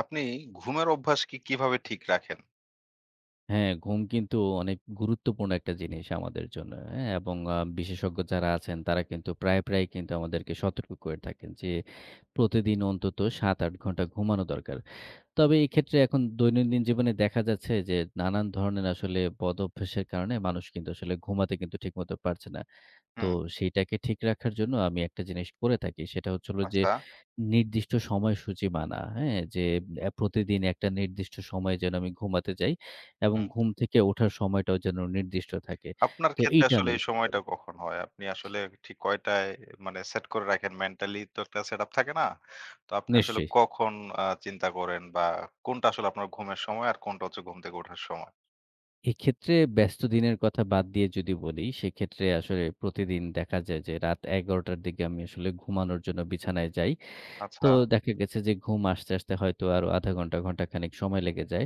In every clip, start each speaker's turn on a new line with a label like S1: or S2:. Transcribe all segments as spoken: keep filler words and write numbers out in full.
S1: আপনি ঘুমের অভ্যাসকে কিভাবে ঠিক রাখেন?
S2: হ্যাঁ, ঘুম কিন্তু অনেক গুরুত্বপূর্ণ একটা জিনিস আমাদের জন্য। হ্যাঁ? এবং আ বিশেষজ্ঞ যারা আছেন তারা কিন্তু প্রায়, প্রায় কিন্তু আমাদেরকে সতর্ক করে থাকেন যে প্রতিদিন অন্তত সাত আট ঘন্টা ঘুমানো দরকার। তবে এক্ষেত্রে এখন দৈনন্দিন জীবনে দেখা যাচ্ছে যে নানান ধরনের আসলে বদঅভ্যাসের কারণে মানুষ কিন্তু আসলে ঘুমাতে কিন্তু ঠিকমতো পারছে না। তো
S1: হুম,
S2: সেইটাকে ঠিক রাখার জন্য আমি একটা জিনিস করে থাকি। সেটা হচ্ছে হলো যে
S1: আচ্ছা।
S2: নির্দিষ্ট সময়সূচি মানা। হ্যাঁ? যে অ্যা প্রতিদিন একটা নির্দিষ্ট সময়ে যেন আমি ঘুমাতে যাই এবং
S1: হুম।
S2: ঘুম থেকে ওঠার সময়টাও যেন নির্দিষ্ট থাকে।
S1: আপনার
S2: তো
S1: ক্ষেত্রে
S2: এইটা
S1: আসলে
S2: আমি
S1: এই সময়টা
S2: করি
S1: কখন হয়? আপনি আসলে ঠিক কয়টায় মানে সেট করে রাখেন, মেন্টালি তো একটা সেটআপ থাকে না? তো আপনি আসলে
S2: নিশ্চয়ই।
S1: কখন আ চিন্তা করেন, বা কোনটা আসলে আপনার ঘুমের সময় আর কোনটা হচ্ছে ঘুম থেকে ওঠার সময়?
S2: এক্ষেত্রে ব্যস্ত দিনের কথা বাদ দিয়ে যদি বলি, সেক্ষেত্রে আসলে প্রতিদিন দেখা যায় যে রাত ১১ঃ শূন্য শূন্য টার দিকে আমি আসলে ঘুমানোর জন্য বিছানায় যাই। তো
S1: আচ্ছা। হুম।
S2: দেখা গেছে যে ঘুম আসতে, আসতে হয়তো আরো আধা ঘন্টা, ঘন্টাখানেক সময় লেগে যায়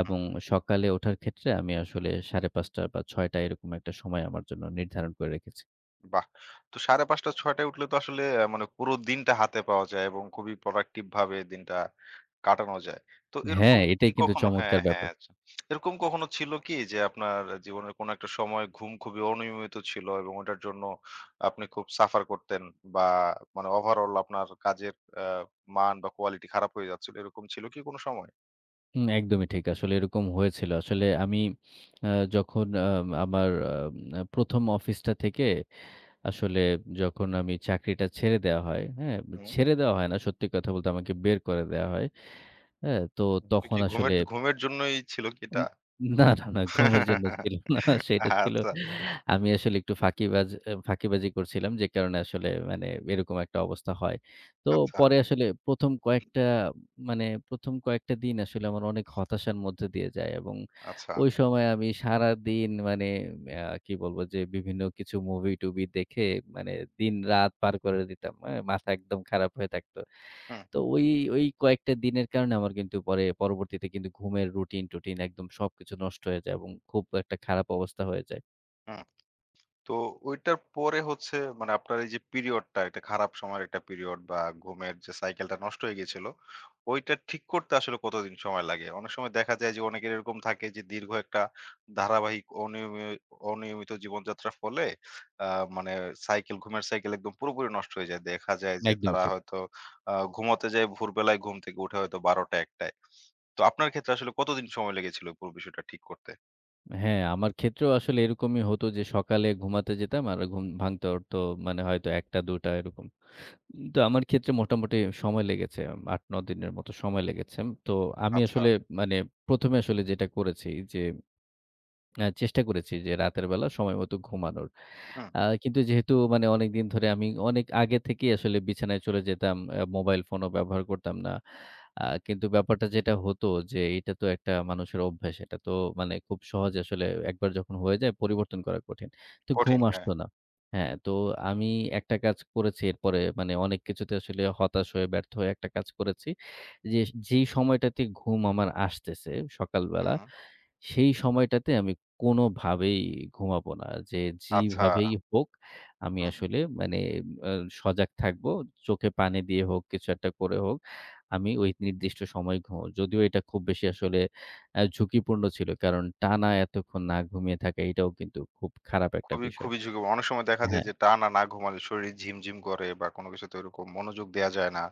S2: এবং সকালে ওঠার ক্ষেত্রে আমি আসলে সাড়ে পাঁচটা বা ৬ঃ শূন্য শূন্য এরকম একটা সময় আমার জন্য নির্ধারণ করে রেখেছি।
S1: বাহ! তো পাঁচটা ত্রিশ ছয়টা টায় উঠলে তো আসলে আ মানে পুরো দিনটা হাতে পাওয়া যায় এবং খুবই প্রোডাক্টিভ ভাবে দিনটা কাটানো যায়। তো এরকম
S2: হ্যাঁ,
S1: কি
S2: এটাই কিন্তু
S1: কখনো হ্যাঁ,
S2: চমৎকার
S1: হ্যাঁ,
S2: ব্যাপার।
S1: আচ্ছা। এরকম কখনো ছিল কি যে আপনার জীবনের কোনো একটা সময় ঘুম খুবই অনিয়মিত ছিল এবং ওটার জন্য আপনি খুব সাফার করতেন, বা মানে ওভারঅল আপনার কাজের আ মান বা কোয়ালিটি খারাপ হয়ে যাচ্ছিল? এরকম ছিল কি কোনো সময়?
S2: হুম, একদমই ঠিক। আসলে এরকম হয়েছিল। আসলে আমি আ যখন আম আমার আম ১ম অফিসটা থেকে আসলে যখন আমি চাকরিটা ছেড়ে দেওয়া হয়, হ্যাঁ?
S1: হুম।
S2: ছেড়ে দেওয়া হয় না, সত্যি কথা বলতে আমাকে বের করে দেয়া হয়। হ্যাঁ? তো
S1: তো
S2: তখন
S1: কি ঘুমের
S2: আসলে
S1: ঘুমের জন্যই ছিল কি এটা?
S2: উম না, না, না ঘুমের জন্য ছিল না। সেটা ছিল
S1: আচ্ছা,
S2: আমি আসলে একটু ফাঁকিবাজ আ ফাঁকিবাজি করছিলাম। যে কারণে আসলে মানে এরকম একটা অবস্থা হয়। তো
S1: আচ্ছা,
S2: পরে আসলে ১ম কয়েকটা মানে ১ম কয়েকটা দিন আসলে আমার অনেক হতাশার মধ্যে দিয়ে যায় এবং
S1: আচ্ছা।
S2: ওই সময় আমি সারাদিন মানে আ কি বলবো যে বিভিন্ন কিছু মুভি-টুভি দেখে মানে দিন-রাত পার করে দিতাম। হ্যাঁ? মাথা একদম খারাপ হয়ে থাকতো।
S1: হুম,
S2: তো ওই, ওই কয়েকটা দিনের কারণে আমার কিন্তু পরে পরবর্তীতে কিন্তু ঘুমের রুটিন-টুটিন একদম সবকিছু নষ্ট হয়ে যায় এবং খুব একটা খারাপ অবস্থা হয়ে যায়।
S1: হুম। তো ওইটার পরে হচ্ছে মানে আপনার এই যে পিরিয়ডটা, একটা খারাপ সময়ের একটা পিরিয়ড, বা ঘুমের যে সাইকেলটা নষ্ট হয়ে গিয়েছিল, ওইটা ঠিক করতে আসলে কতদিন সময় লাগে? অনেক সময় দেখা যায় যে অনেকের এরকম থাকে যে দীর্ঘ একটা ধারাবাহিক অনিয়মি অনিয়মিত জীবনযাত্রার ফলে আ মানে সাইকেল ঘুমের সাইকেল একদম পুরোপুরি নষ্ট হয়ে যায়। দেখা যায় যে
S2: একদমই
S1: তারা
S2: ঠিক।
S1: হয়তো আ ঘুমোতে যায় ভোরবেলায়, ঘুম থেকে উঠে হয়তো বারোটা একটায়। তো আপনার ক্ষেত্রে আসলে কতদিন সময় লেগেছিল পুরো বিষয়টা ঠিক করতে?
S2: হ্যাঁ, আমার ক্ষেত্রেও আসলে এরকমই হতো যে সকালে ঘুমাতে যেতাম আর ঘুম ভাঙতে হতো মানে হয়তো ১টা-২টা এরকম। তো আমার ক্ষেত্রে মোটামুটি সময় লেগেছে আট নয় দিনের মতো সময় লেগেছে। তো আমি
S1: আচ্ছা।
S2: আসলে মানে ১ম এ আসলে যেটা করেছি যে, আ চেষ্টা করেছি যে রাতের বেলা সময়মতো ঘুমানোর।
S1: হুম,
S2: আ কিন্তু যেহেতু মানে অনেকদিন ধরে আমি অনেক আগে থেকেই আসলে বিছানায় চলে যেতাম। আ মোবাইল ফোনও ব্যবহার করতাম না। আ কিন্তু ব্যাপারটা যেটা হতো যে এটা তো একটা মানুষের অভ্যাস। এটা তো মানে খুব সহজে আসলে একবার যখন হয়ে যায় পরিবর্তন করা কঠিন। তো ঘুম
S1: কঠিন, হ্যাঁ।
S2: আসতো না। হ্যাঁ, তো আমি একটা কাজ করেছি এরপরে মানে অনেক কিছুতে আসলে হতাশ হয়ে ব্যর্থ হয়ে একটা কাজ করেছি। যে যেই সময়টাতে ঘুম আমার আসতেছে সকালবেলা
S1: হুম,
S2: সেই সময়টাতে আমি কোনোভাবেই ঘুমাবো না। যে
S1: আচ্ছা।
S2: যেভাবেই হোক আমি
S1: আ
S2: আসলে মানে আ সজাগ থাকবো। চোখে পানি দিয়ে হোক, কিছু একটা করে হোক, আমি ওই নির্দিষ্ট সময়ে ঘুমাবো। যদিও এটা খুব বেশি আসলে আ ঝুঁকিপূর্ণ ছিল। কারণ টানা এতক্ষণ না ঘুমিয়ে থাকা এটাও কিন্তু খুব খারাপ একটা
S1: খুবই,
S2: বিষয়।
S1: খুবই ঝুঁকি, অনেক সময় দেখা যায়
S2: হ্যাঁ,
S1: যে টানা না ঘুমালে শরীর ঝিমঝিম করে বা কোনো কিছুতে ওরকম মনোযোগ দেয়া যায় না।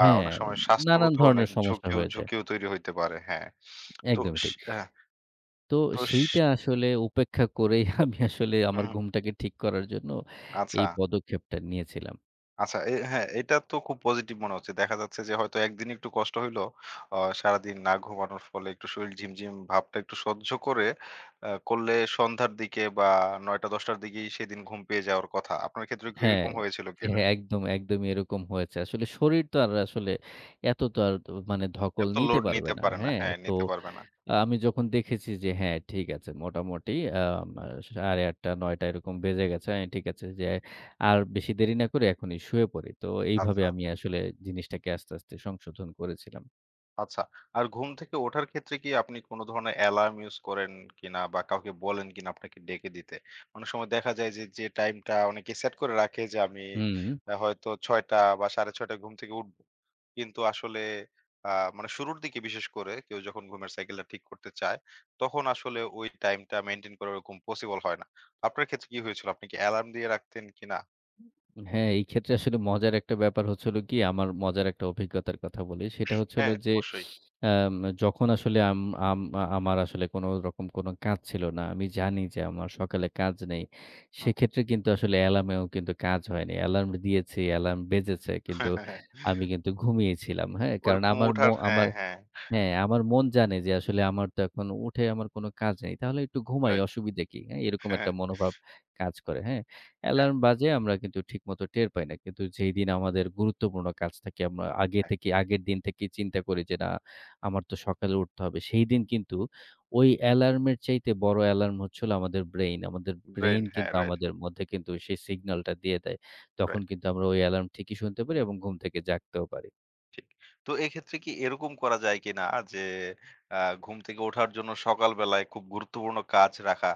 S1: আ অনেক
S2: হ্যাঁ,
S1: সময়
S2: নানান
S1: স্বাস্থ্যগত অনেক
S2: ধরনের সমস্যা
S1: ঝুঁকিও
S2: হয়ে যায়।
S1: ঝুঁকিও তৈরি হইতে পারে। হ্যাঁ। তো
S2: একদমই
S1: সে
S2: ঠিক।
S1: হ্যাঁ,
S2: তো
S1: তো স
S2: সেইটা আসলে উপেক্ষা করেই আমি আসলে আমার
S1: হুম,
S2: ঘুমটাকে ঠিক করার জন্য
S1: আচ্ছা,
S2: এই পদক্ষেপটা নিয়েছিলাম।
S1: আচ্ছা। এ হ্যাঁ, এটা তো খুব পজিটিভ মনে হচ্ছে। দেখা যাচ্ছে যে হয়তো একদিন একটু কষ্ট হইলো। অ সারাদিন না ঘুমানোর ফলে একটু শরীর ঝিমঝিম ভাবটা একটু সহ্য করে আ করলে সন্ধ্যার দিকে বা ৯ঃ শূন্য শূন্য ১০ঃ শূন্য শূন্য র দিকেই সেদিন ঘুম পেয়ে যাওয়ার কথা। আপনার ক্ষেত্রে কি
S2: হ্যাঁ,
S1: এরকম হয়েছিল কিনা?
S2: হ্যাঁ, একদম, একদমই এরকম হয়েছে। আসলে শরীর তো আর আসলে এত তো আর মানে ধকল
S1: এত
S2: নিতে
S1: লোড
S2: পারবে
S1: নিতে
S2: না।
S1: পারে না।
S2: হ্যাঁ?
S1: হ্যাঁ,
S2: তো
S1: নিতে পারবে না।
S2: আমি যখন দেখেছি যে হ্যাঁ, ঠিক আছে মোটামুটি আম সাড়ে আটটা নয়টা এরকম বেজে গেছে। আমি ঠিক আছে যে আর বেশি দেরি না করে এখনই শুয়ে পড়ি। তো এইভাবে
S1: আচ্ছা,
S2: আমি আসলে জিনিসটাকে আস্তে, আস্তে সংশোধন করেছিলাম।
S1: আচ্ছা। আর ঘুম থেকে ওঠার ক্ষেত্রে কি আপনি কোন ধরনের অ্যালার্ম ইউজ করেন কিনা, বা কাউকে বলেন কিনা আপনাকে ডেকে দিতে? অনেক সময় দেখা যায় যে, যে টাইমটা অনেকে সেট করে রাখে যে আমি
S2: হুম।
S1: আ হয়তো ৬ঃ শূন্য শূন্য বা ৬ঃ ত্রিশ ঘুম থেকে উঠবো। কিন্তু আসলে আ মানে শুরুর দিকে, বিশেষ করে কেউ যখন ঘুমের সাইকেলটা ঠিক করতে চায়, তখন আসলে ওই টাইমটা মেইনটেইন করা ওরকম পসিবল হয় না। আপনার ক্ষেত্রে কি হয়েছিল? আপনি কি অ্যালার্ম দিয়ে রাখতেন কিনা?
S2: হ্যাঁ, এই ক্ষেত্রে আসলে মজার একটা ব্যাপার হচ্ছে হলো কি আমার মজার একটা অভিজ্ঞতার কথা বলি। সেটা হচ্ছে হলো
S1: হ্যাঁ,
S2: যে
S1: অবশ্যই।
S2: আম যখন আসলে আম আম আমার আসলে কোন রকম কোন কাজ ছিল না। আমি জানি যে আমার সকালে কাজ নেই।
S1: হুম।
S2: সেক্ষেত্রে কিন্তু আসলে অ্যালার্মেও কিন্তু কাজ হয়নি। অ্যালার্ম দিয়েছি, অ্যালার্ম বেজেছে। কিন্তু আমি কিন্তু ঘুমিয়েছিলাম। হ্যাঁ? কারণ
S1: ওরকম
S2: আমার মো
S1: উঠার হ্যাঁ,
S2: আমার
S1: হ্যাঁ।
S2: হ্যাঁ, আমার মন জানে যে আসলে আমার তো এখন উঠে আমার কোনো কাজ নেই। তাহলে একটু ঘুমাই
S1: রাইট।
S2: অসুবিধে কি? হ্যাঁ, এরকম
S1: হ্যাঁ,
S2: একটা মনোভাব কাজ করে, হ্যাঁ?
S1: হ্যাঁ,
S2: অ্যালার্ম বাজে আমরা কিন্তু ঠিকমতো টের পাই না। কিন্তু যেইদিন আমাদের গুরুত্বপূর্ণ কাজ থাকে আমরা আগে
S1: হ্যাঁ।
S2: থেকে আগের দিন থেকেই চিন্তা করি যে, "না, আমার তো সকালে উঠতে হবে।" সেইদিন কিন্তু ওই অ্যালার্মের চাইতে বড় অ্যালার্ম হচ্ছে হলো আমাদের ব্রেইন। আমাদের
S1: ব্রেইন
S2: ব্রেইন
S1: হ্যাঁ,
S2: কিন্তু
S1: রাইট,
S2: আমাদের মধ্যে কিন্তু সেই সিগন্যালটা দিয়ে দেয়। তখন
S1: রাইট।
S2: কিন্তু আমরা ওই অ্যালার্ম ঠিকই শুনতে পারি এবং ঘুম থেকে জাগতেও পারি।
S1: ঠিক। তো এক্ষেত্রে কি এরকম করা যায় কিনা যে আ ঘুম থেকে ওঠার জন্য সকাল বেলায় খুব গুরুত্বপূর্ণ কাজ রাখা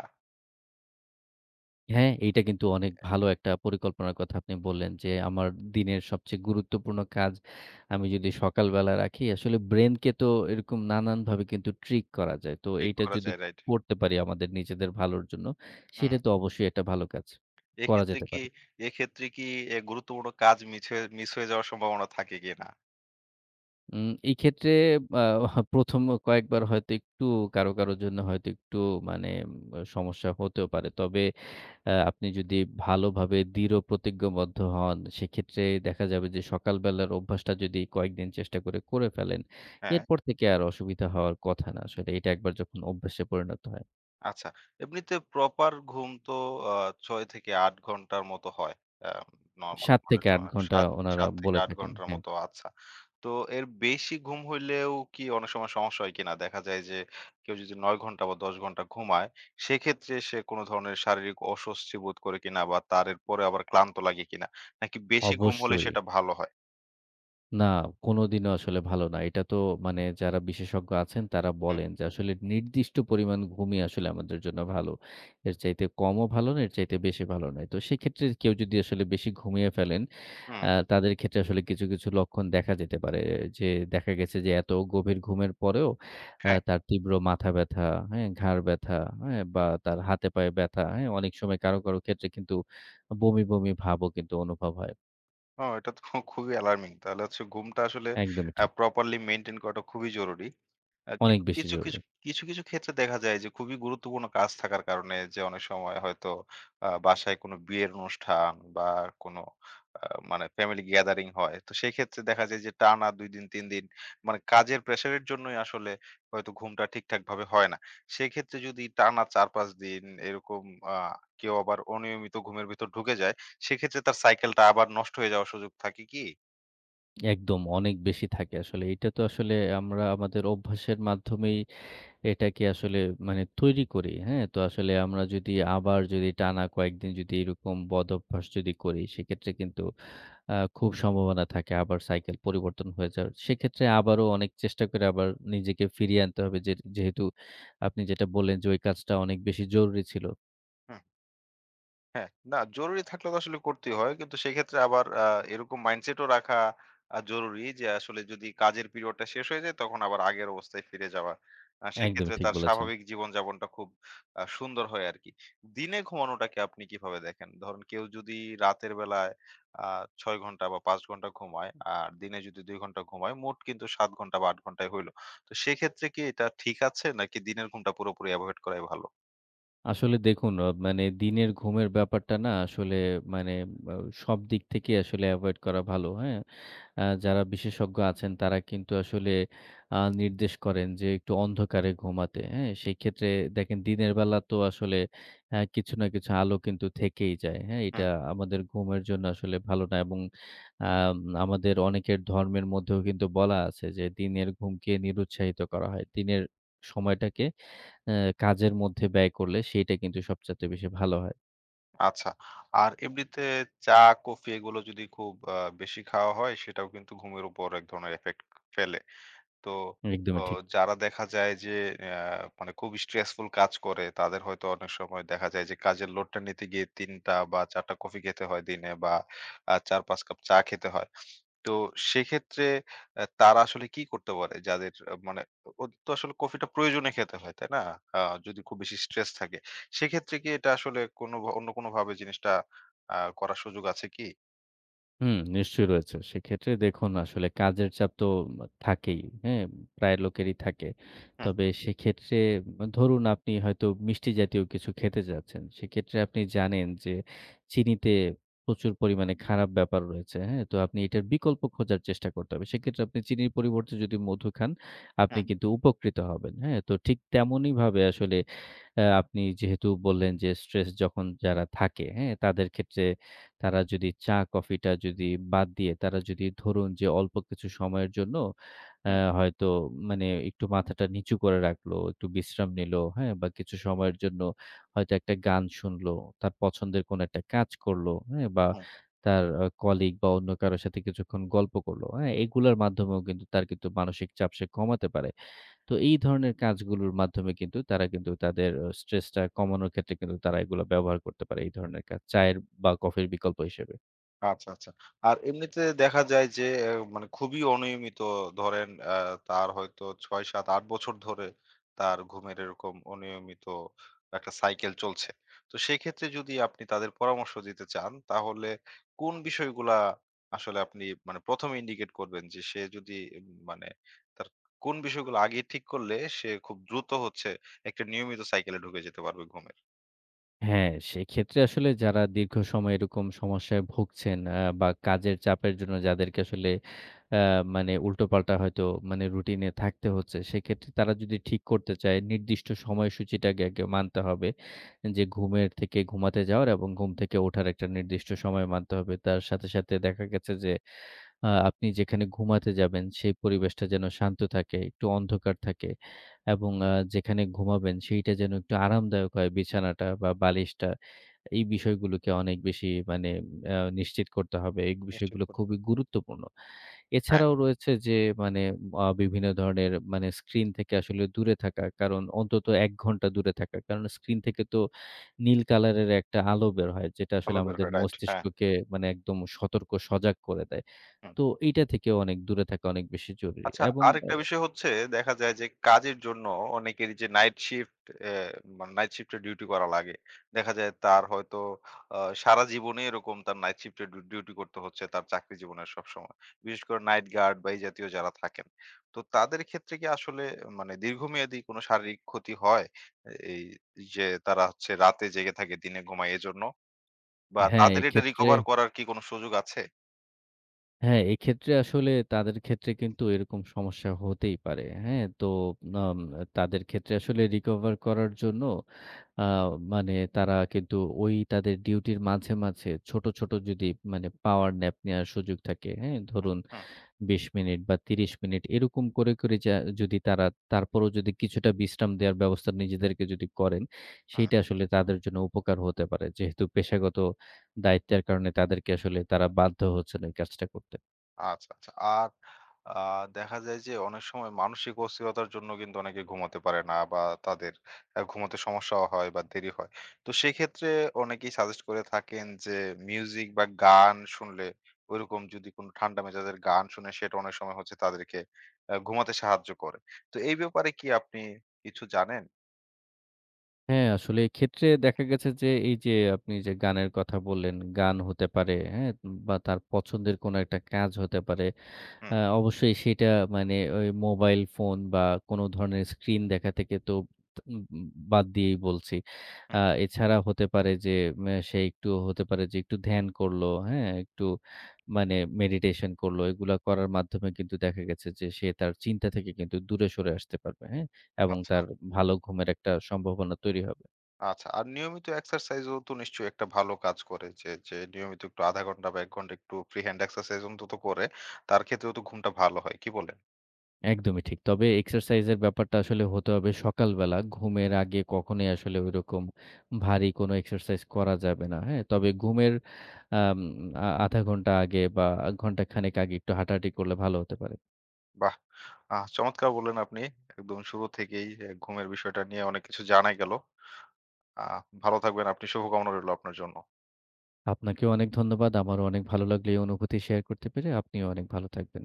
S2: হ্যাঁ, এইটা কিন্তু অনেক ভালো একটা পরিকল্পনার কথা আপনি বললেন যে, আমার দিনের সবচেয়ে গুরুত্বপূর্ণ কাজ আমি যদি সকালবেলা রাখি, আসলে ব্রেইনকে তো এরকম নানানভাবে কিন্তু ট্রিক করা যায়। তো
S1: ঠিক
S2: এইটা
S1: করা
S2: যদি
S1: যায়, রাইট।
S2: করতে পারি আমাদের নিজেদের ভালোর জন্য,
S1: হুম।
S2: সেটা তো অবশ্যই একটা ভালো কাজ। করা
S1: এক্ষেত্রে
S2: যেতে
S1: কি
S2: পারে।
S1: এক্ষেত্রে কি এ গুরুত্বপূর্ণ কাজ মিছে মিস হয়ে যাওয়ার সম্ভাবনা থাকে কিনা?
S2: উম এই ক্ষেত্রে আ ১ম কয়েকবার হয়তো একটু কারো, কারো জন্য হয়তো একটু মানে উম সমস্যা হতেও পারে। তবে আ আপনি যদি ভালোভাবে দৃঢ় প্রতিজ্ঞবদ্ধ হন, সেক্ষেত্রে দেখা যাবে যে সকালবেলার অভ্যাসটা যদি কয়েকদিন চেষ্টা করে, করে ফেলেন,
S1: হ্যাঁ।
S2: এরপর থেকে আর অসুবিধা হওয়ার কথা না। আসলে এটা একবার যখন অভ্যাসে পরিণত হয়।
S1: আচ্ছা। এমনিতে প্রপার ঘুম তো আ ছয় থেকে আট ঘন্টার মতো হয়। আ নরমাল মানে ট
S2: সাত আট ঘন্টা
S1: ৭
S2: উনারা
S1: সাত থেকে
S2: বলে
S1: আট
S2: থাকেন।
S1: ঘন্টার
S2: হ্যাঁ,
S1: মতো, আচ্ছা। তো এর বেশি ঘুম হইলেও কি অনেক সময় সমস্যা হয় কিনা? দেখা যায় যে কেউ যদি নয় ঘন্টা বা দশ ঘন্টা ঘুমায়, সেক্ষেত্রে সে কোনো ধরনের শারীরিক অস্বস্তি বোধ করে কিনা, বা তার এরপরে আবার ক্লান্ত লাগে কিনা? নাকি বেশি ঘুম হলে
S2: অবশ্যই।
S1: সেটা ভালো হয়?
S2: না, কোনদিনও আসলে ভালো না। এটা তো মানে যারা বিশেষজ্ঞ আছেন তারা
S1: হুম,
S2: বলেন যে আসলে নির্দিষ্ট পরিমাণ ঘুমই আসলে আমাদের জন্য ভালো। এর চাইতে কমও ভালো না, এর চাইতে বেশি ভালো নয়। তো সেক্ষেত্রে কেউ যদি আসলে বেশি ঘুমিয়ে ফেলেন আ
S1: হুম।
S2: তাদের ক্ষেত্রে আসলে কিছু, কিছু লক্ষণ দেখা যেতে পারে। যে দেখা গেছে যে এত গভীর ঘুমের পরেও আ
S1: হ্যাঁ।
S2: তার তীব্র মাথা ব্যথা, হ্যাঁ? ঘাড় ব্যথা, হ্যাঁ? বা তার হাতে পায়ে ব্যথা, হ্যাঁ? অনেক সময় কারো, কারো ক্ষেত্রে কিন্তু বমি, বমি ভাবও কিন্তু অনুভব হয়।
S1: ও, এটা তো খুবই অ্যালার্মিং। তাহলে হচ্ছে ঘুমটা আসলে
S2: একদমই
S1: আ
S2: ঠিক।
S1: প্রপারলি মেইনটেইন করাটা খুবই জরুরি। আ
S2: অনেক
S1: কিন্তু
S2: বেশি
S1: কিছু, কিছু,
S2: জরুরি।
S1: কিছু, কিছু ক্ষেত্রে দেখা যায় যে খুবই গুরুত্বপূর্ণ কাজ থাকার কারণে যে অনেক সময় হয়তো আ বাসায় কোনো বিয়ের অনুষ্ঠান বা কোনো আ মানে ফ্যামিলি গ্যাদারিং হয়। তো সেই ক্ষেত্রে দেখা যায় যে টানা দুই দিন তিন দিন মানে কাজের প্রেশার এর জন্যই আসলে হয়তো ঘুমটা ঠিকঠাকভাবে হয় না। সেক্ষেত্রে যদি টানা চার পাঁচ দিন এরকম আ কেউ আবার অনিয়মিত ঘুমের ভিতর ঢুকে যায়, সেক্ষেত্রে তার সাইকেলটা আবার নষ্ট হয়ে যাওয়ার সুযোগ থাকে কি?
S2: একদম অনেক বেশি থাকে আসলে। এটা তো আসলে আমরা আমাদের অভ্যাসের মাধ্যমেই এটাকে আসলে মানে তৈরি করি, হ্যাঁ? তো আসলে আমরা যদি আবার যদি টানা কয়েকদিন যদি এরকম বদঅভ্যাস যদি করি সেক্ষেত্রে কিন্তু আ খুব সম্ভাবনা থাকে আবার সাইকেল পরিবর্তন হয়ে যাওয়ার। সেক্ষেত্রে আবারও অনেক চেষ্টা করে আবার নিজেকে ফিরিয়ে আনতে হবে যে যেহেতু আপনি যেটা বললেন যে ওই কাজটা অনেক বেশি জরুরি ছিল।
S1: হুম। হ্যাঁ, না, জরুরি থাকলে তো আসলে করতেই হয়। কিন্তু সেক্ষেত্রে আবার আ এরকম মাইন্ডসেটও রাখা আ জরুরি, যে আসলে যদি কাজের পিরিয়ডটা শেষ হয়ে যায় তখন আবার আগের অবস্থায় ফিরে যাওয়া। আ সেক্ষেত্রে
S2: একদমই ঠিক
S1: তার
S2: বলেছেন।
S1: স্বাভাবিক জীবনযাপনটা খুব আ সুন্দর হয় আরকি। দিনে ঘুমানোটাকে আপনি কিভাবে দেখেন? ধরেন কেউ যদি রাতের বেলায় আ ছয় ঘন্টা বা পাঁচ ঘন্টা ঘুমায়, আর দিনে যদি দুই ঘন্টা ঘুমায় মোট কিন্তু সাত ঘন্টা বা আট ঘন্টাই হইল। তো সেক্ষেত্রে কি এটা ঠিক আছে, নাকি দিনের ঘুমটা পুরোপুরি এভয়েড করাই ভালো?
S2: আসলে দেখুন আ মানে দিনের ঘুমের ব্যাপারটা না আসলে মানে আ সব দিক থেকেই আসলে এভয়েড করা ভালো, হ্যাঁ? আ যারা বিশেষজ্ঞ আছেন তারা কিন্তু আসলে আ নির্দেশ করেন যে একটু অন্ধকারে ঘুমাতে, হ্যাঁ? সেক্ষেত্রে দেখেন দিনের বেলা তো আসলে আ কিছু না কিছু আলো কিন্তু থেকেই যায়, হ্যাঁ? এটা আমাদের ঘুমের জন্য আসলে ভালো না এবং আম আমাদের অনেকের ধর্মের মধ্যেও কিন্তু বলা আছে যে দিনের ঘুমকে নিরুৎসাহিত করা হয়। দিনের সময়টাকে অ্যা কাজের মধ্যে ব্যয় করলে সেইটা কিন্তু সবচাইতে বেশি ভালো হয়।
S1: আচ্ছা। আর এমনিতে চা, কফি এগুলো যদি খুব আ বেশি খাওয়া হয়, সেটাও কিন্তু ঘুমের উপর এক ধরনের ইফেক্ট ফেলে। তো অ
S2: একদমই ঠিক।
S1: যারা দেখা যায় যে আ মানে খুব স্ট্রেসফুল কাজ করে তাদের হয়তো অনেক সময় দেখা যায় যে কাজের লোডটা নিতে গিয়ে তিন টা বা চার টা কফি খেতে হয় দিনে, বা আ চার পাঁচ কাপ চা খেতে হয়। তো সেক্ষেত্রে আ তারা আসলে কি করতে পারে? যাদের আ মানে ওদের তো আসলে কফিটা প্রয়োজনে খেতে হয়, তাই না? আ যদি খুব বেশি স্ট্রেস থাকে। সেক্ষেত্রে কি এটা আসলে কোনো ভা অন্য কোনোভাবে জিনিসটা আ করার সুযোগ আছে কি?
S2: হুম, নিশ্চয়ই রয়েছে। সেক্ষেত্রে দেখুন আসলে কাজের চাপ তো থাকেই, হ্যাঁ? প্রায় লোকেরই থাকে।
S1: হুম,
S2: তবে সেক্ষেত্রে ধরুন আপনি হয়তো মিষ্টি জাতীয় কিছু খেতে চাচ্ছেন। সেক্ষেত্রে আপনি জানেন যে চিনিতে প্রচুর পরিমাণে খারাপ ব্যাপার রয়েছে, হ্যাঁ? তো আপনি এটার বিকল্প খোঁজার চেষ্টা করতে হবে। সেক্ষেত্রে আপনি চিনির পরিবর্তে যদি মধু খান, আপনি
S1: হুম,
S2: কিন্তু উপকৃত হবেন, হ্যাঁ? তো ঠিক তেমনইভাবে আসলে আ আপনি যেহেতু বললেন যে স্ট্রেস যখন যারা থাকে, হ্যাঁ? তাদের ক্ষেত্রে তারা যদি চা কফিটা যদি বাদ দিয়ে তারা যদি ধরুন যে অল্প কিছু সময়ের জন্য আ
S1: হুম,
S2: হয়তো মানে একটু মাথাটা নিচু করে রাখলো, একটু বিশ্রাম নিলো, হ্যাঁ? বা কিছু সময়ের জন্য হয়তো একটা গান শুনলো, তার পছন্দের কোনো একটা কাজ করলো, হ্যাঁ? বা
S1: হুম।
S2: তার আ কলিগ বা অন্য কারো সাথে কিছুক্ষণ গল্প করলো, হ্যাঁ? এগুলার মাধ্যমেও কিন্তু তার কিন্তু মানসিক চাপ সে কমাতে পারে। তো এই ধরনের কাজগুলোর মাধ্যমে কিন্তু তারা কিন্তু তাদের অ স্ট্রেসটা কমানোর ক্ষেত্রে কিন্তু তারা এগুলো ব্যবহার করতে পারে এই ধরনের কাজ। চায়ের বা কফির বিকল্প হিসেবে।
S1: আচ্ছা, আচ্ছা। আর এমনিতে দেখা যায় যে এ মানে খুবই অনিয়মিত, ধরেন আ তার হয়তো ছয়, সাত, আট বছর ধরে তার ঘুমের এরকম অনিয়মিত একটা সাইকেল চলছে। তো সেক্ষেত্রে যদি আপনি তাদের পরামর্শ দিতে চান তাহলে কোন বিষয়গুলা আসলে আপনি মানে প্রথম এ ইন্ডিকেট করবেন যে সে যদি উম, মানে তার কোন বিষয়গুলো আগে ঠিক করলে সে খুব দ্রুত হচ্ছে একটা নিয়মিত সাইকেলে ঢুকে যেতে পারবে ঘুমের?
S2: হ্যাঁ, সেক্ষেত্রে আসলে যারা দীর্ঘ সময় এরকম সমস্যায় ভুগছেন আ বা কাজের চাপের জন্য যাদেরকে আসলে আ মানে উল্টোপাল্টা হয়তো মানে রুটিনে থাকতে হচ্ছে, সেক্ষেত্রে তারা যদি ঠিক করতে চায় নির্দিষ্ট সময়সূচিটাকে আগে মানতে হবে। যে ঘুমের থেকে ঘুমাতে যাওয়ার এবং ঘুম থেকে ওঠার একটা নির্দিষ্ট সময় মানতে হবে। তার সাথে, সাথে দেখা গেছে যে আ আপনি যেখানে ঘুমাতে যাবেন সেই পরিবেশটা যেন শান্ত থাকে, একটু অন্ধকার থাকে এবং আ যেখানে ঘুমাবেন সেইটা যেন একটু আরামদায়ক হয় বিছানাটা বা বালিশটা। এই বিষয়গুলোকে অনেক বেশি মানে আ নিশ্চিত করতে হবে। এই
S1: নিশ্চিত
S2: বিষয়গুলো
S1: করতে
S2: খুবই
S1: হবে।
S2: গুরুত্বপূর্ণ।
S1: হ্যাঁ,
S2: এছাড়াও রয়েছে যে মানে আ বিভিন্ন ধরনের মানে স্ক্রিন থেকে আসলে দূরে থাকা। কারণ অন্তত এক ঘন্টা দূরে থাকা। কারণ স্ক্রিন থেকে তো নীল কালারের একটা আলো বের হয় যেটা
S1: ভালো
S2: আসলে
S1: বের
S2: আমাদের
S1: হয়। রাইট। হ্যাঁ।
S2: মস্তিষ্ককে মানে একদম সতর্ক সজাগ করে দেয়।
S1: হুম।
S2: তো এইটা থেকেও অনেক দূরে থাকা অনেক বেশি জরুরি
S1: আচ্ছা,
S2: এবং আ
S1: আরেকটা বিষয় হচ্ছে, দেখা যায় যে কাজের জন্য অনেকের যে নাইট শিফট এ মানে নাইট শিফট এ ডিউটি করা লাগে। দেখা যায় তার হয়তো আ সারা জীবনে এরকম তার নাইট শিফট এ ডি ডিউটি করতে হচ্ছে তার চাকরি জীবনের সবসময়। বিশেষ করে নাইট গার্ড বা এই জাতীয় যারা থাকেন। তো তাদের ক্ষেত্রে কি আসলে মানে দীর্ঘমেয়াদী কোনো শারীরিক ক্ষতি হয়? এ এই যে তারা হচ্ছে রাতে জেগে থাকে দিনে ঘুমায় এজন্য? বা
S2: হ্যাঁ,
S1: তাদের এটা
S2: এক্ষেত্রে
S1: রিকভার করার কি কোনো সুযোগ আছে?
S2: হ্যাঁ, এক্ষেত্রে আসলে তাদের ক্ষেত্রে কিন্তু এরকম সমস্যা হতেই পারে। হ্যাঁ? তো আম তাদের ক্ষেত্রে আসলে recover করার জন্য আ মানে তারা কিন্তু ওই তাদের ডিউটির মাঝে, মাঝে ছোট, ছোট যদি মানে power nap নেওয়ার সুযোগ থাকে, হ্যাঁ?
S1: হুম,
S2: ধরুন
S1: হুম,
S2: বিশ মিনিট বা ত্রিশ মিনিট এরকম করে, করে যা যদি তারা তারপরেও যদি কিছুটা বিশ্রাম দেওয়ার ব্যবস্থা নিজেদেরকে যদি করেন, সেইটা
S1: হুম।
S2: আসলে তাদের জন্য উপকার হতে পারে। যেহেতু পেশাগত দায়িত্বের কারণে তাদেরকে আসলে তারা বাধ্য হচ্ছেন এই কাজটা করতে।
S1: আচ্ছা, আচ্ছা। আর আ দেখা যায় যে অনেক সময় মানসিক অস্থিরতার জন্য কিন্তু অনেকে ঘুমাতে পারে না, বা তাদের আ ঘুমাতে সমস্যাও হয় বা দেরি হয়। তো সেক্ষেত্রে অনেকেই সাজেস্ট করে থাকেন যে মিউজিক বা গান শুনলে, ওইরকম যদি কোনো ঠান্ডা মেজাজের গান শুনে সেটা অনেক সময় হচ্ছে তাদেরকে আ ঘুমাতে সাহায্য করে। তো এই ব্যাপারে কি আপনি কিছু জানেন?
S2: হ্যাঁ, আসলে এক্ষেত্রে দেখা গেছে যে এই যে আপনি যে গানের কথা বললেন, গান হতে পারে, হ্যাঁ? বা তার পছন্দের কোনো একটা কাজ হতে পারে।
S1: হুম,
S2: আ অবশ্যই সেটা মানে ওই মোবাইল ফোন বা কোন ধরনের স্ক্রিন দেখা থেকে তো উম বাদ দিয়েই বলছি।
S1: হুম।
S2: আ এছাড়া হতে পারে যে ম্যা সে একটু হতে পারে যে একটু ধ্যান করলো, হ্যাঁ? একটু মানে মেডিটেশন করলো। এগুলা করার মাধ্যমে কিন্তু দেখা গেছে যে সে তার চিন্তা থেকে কিন্তু দূরে সরে আসতে পারবে, হ্যাঁ? এবং
S1: আচ্ছা।
S2: তার ভালো ঘুমের একটা সম্ভাবনা তৈরি হবে।
S1: আচ্ছা। আর নিয়মিত এক্সারসাইজও তো নিশ্চয়ই একটা ভালো কাজ করে। যে, যে নিয়মিত একটু শূন্য দশমিক পাঁচ ঘন্টা বা এক ঘন্টা একটু ফ্রি হ্যান্ড এক্সারসাইজ অন্তত করে, তার ক্ষেত্রেও তো ঘুমটা ভালো হয়। কি বলেন?
S2: একদমই ঠিক। তবে এক্সারসাইজের ব্যাপারটা আসলে হতে হবে সকালবেলা। ঘুমের আগে কখনোই আসলে ঐরকম ভারী কোনো এক্সারসাইজ করা যাবে না। হ্যাঁ? তবে ঘুমের আম আ আধা ঘন্টা আগে বা ঘন্টাখানেক আগে একটু হাঁটাহাঁটি করলে ভালো হতে পারে।
S1: বাহ! আহ চমৎকার বললেন আপনি। একদম শুরু থেকেই এ ঘুমের বিষয়টা নিয়ে অনেক কিছু জানা গেল। আহ ভালো থাকবেন আপনি। শুভকামনা রইল আপনার জন্য।
S2: আপনাকেও অনেক ধন্যবাদ। আমারও অনেক ভালো লাগলো এই অনুভূতি শেয়ার করতে পেরে। আপনিও অনেক ভালো থাকবেন।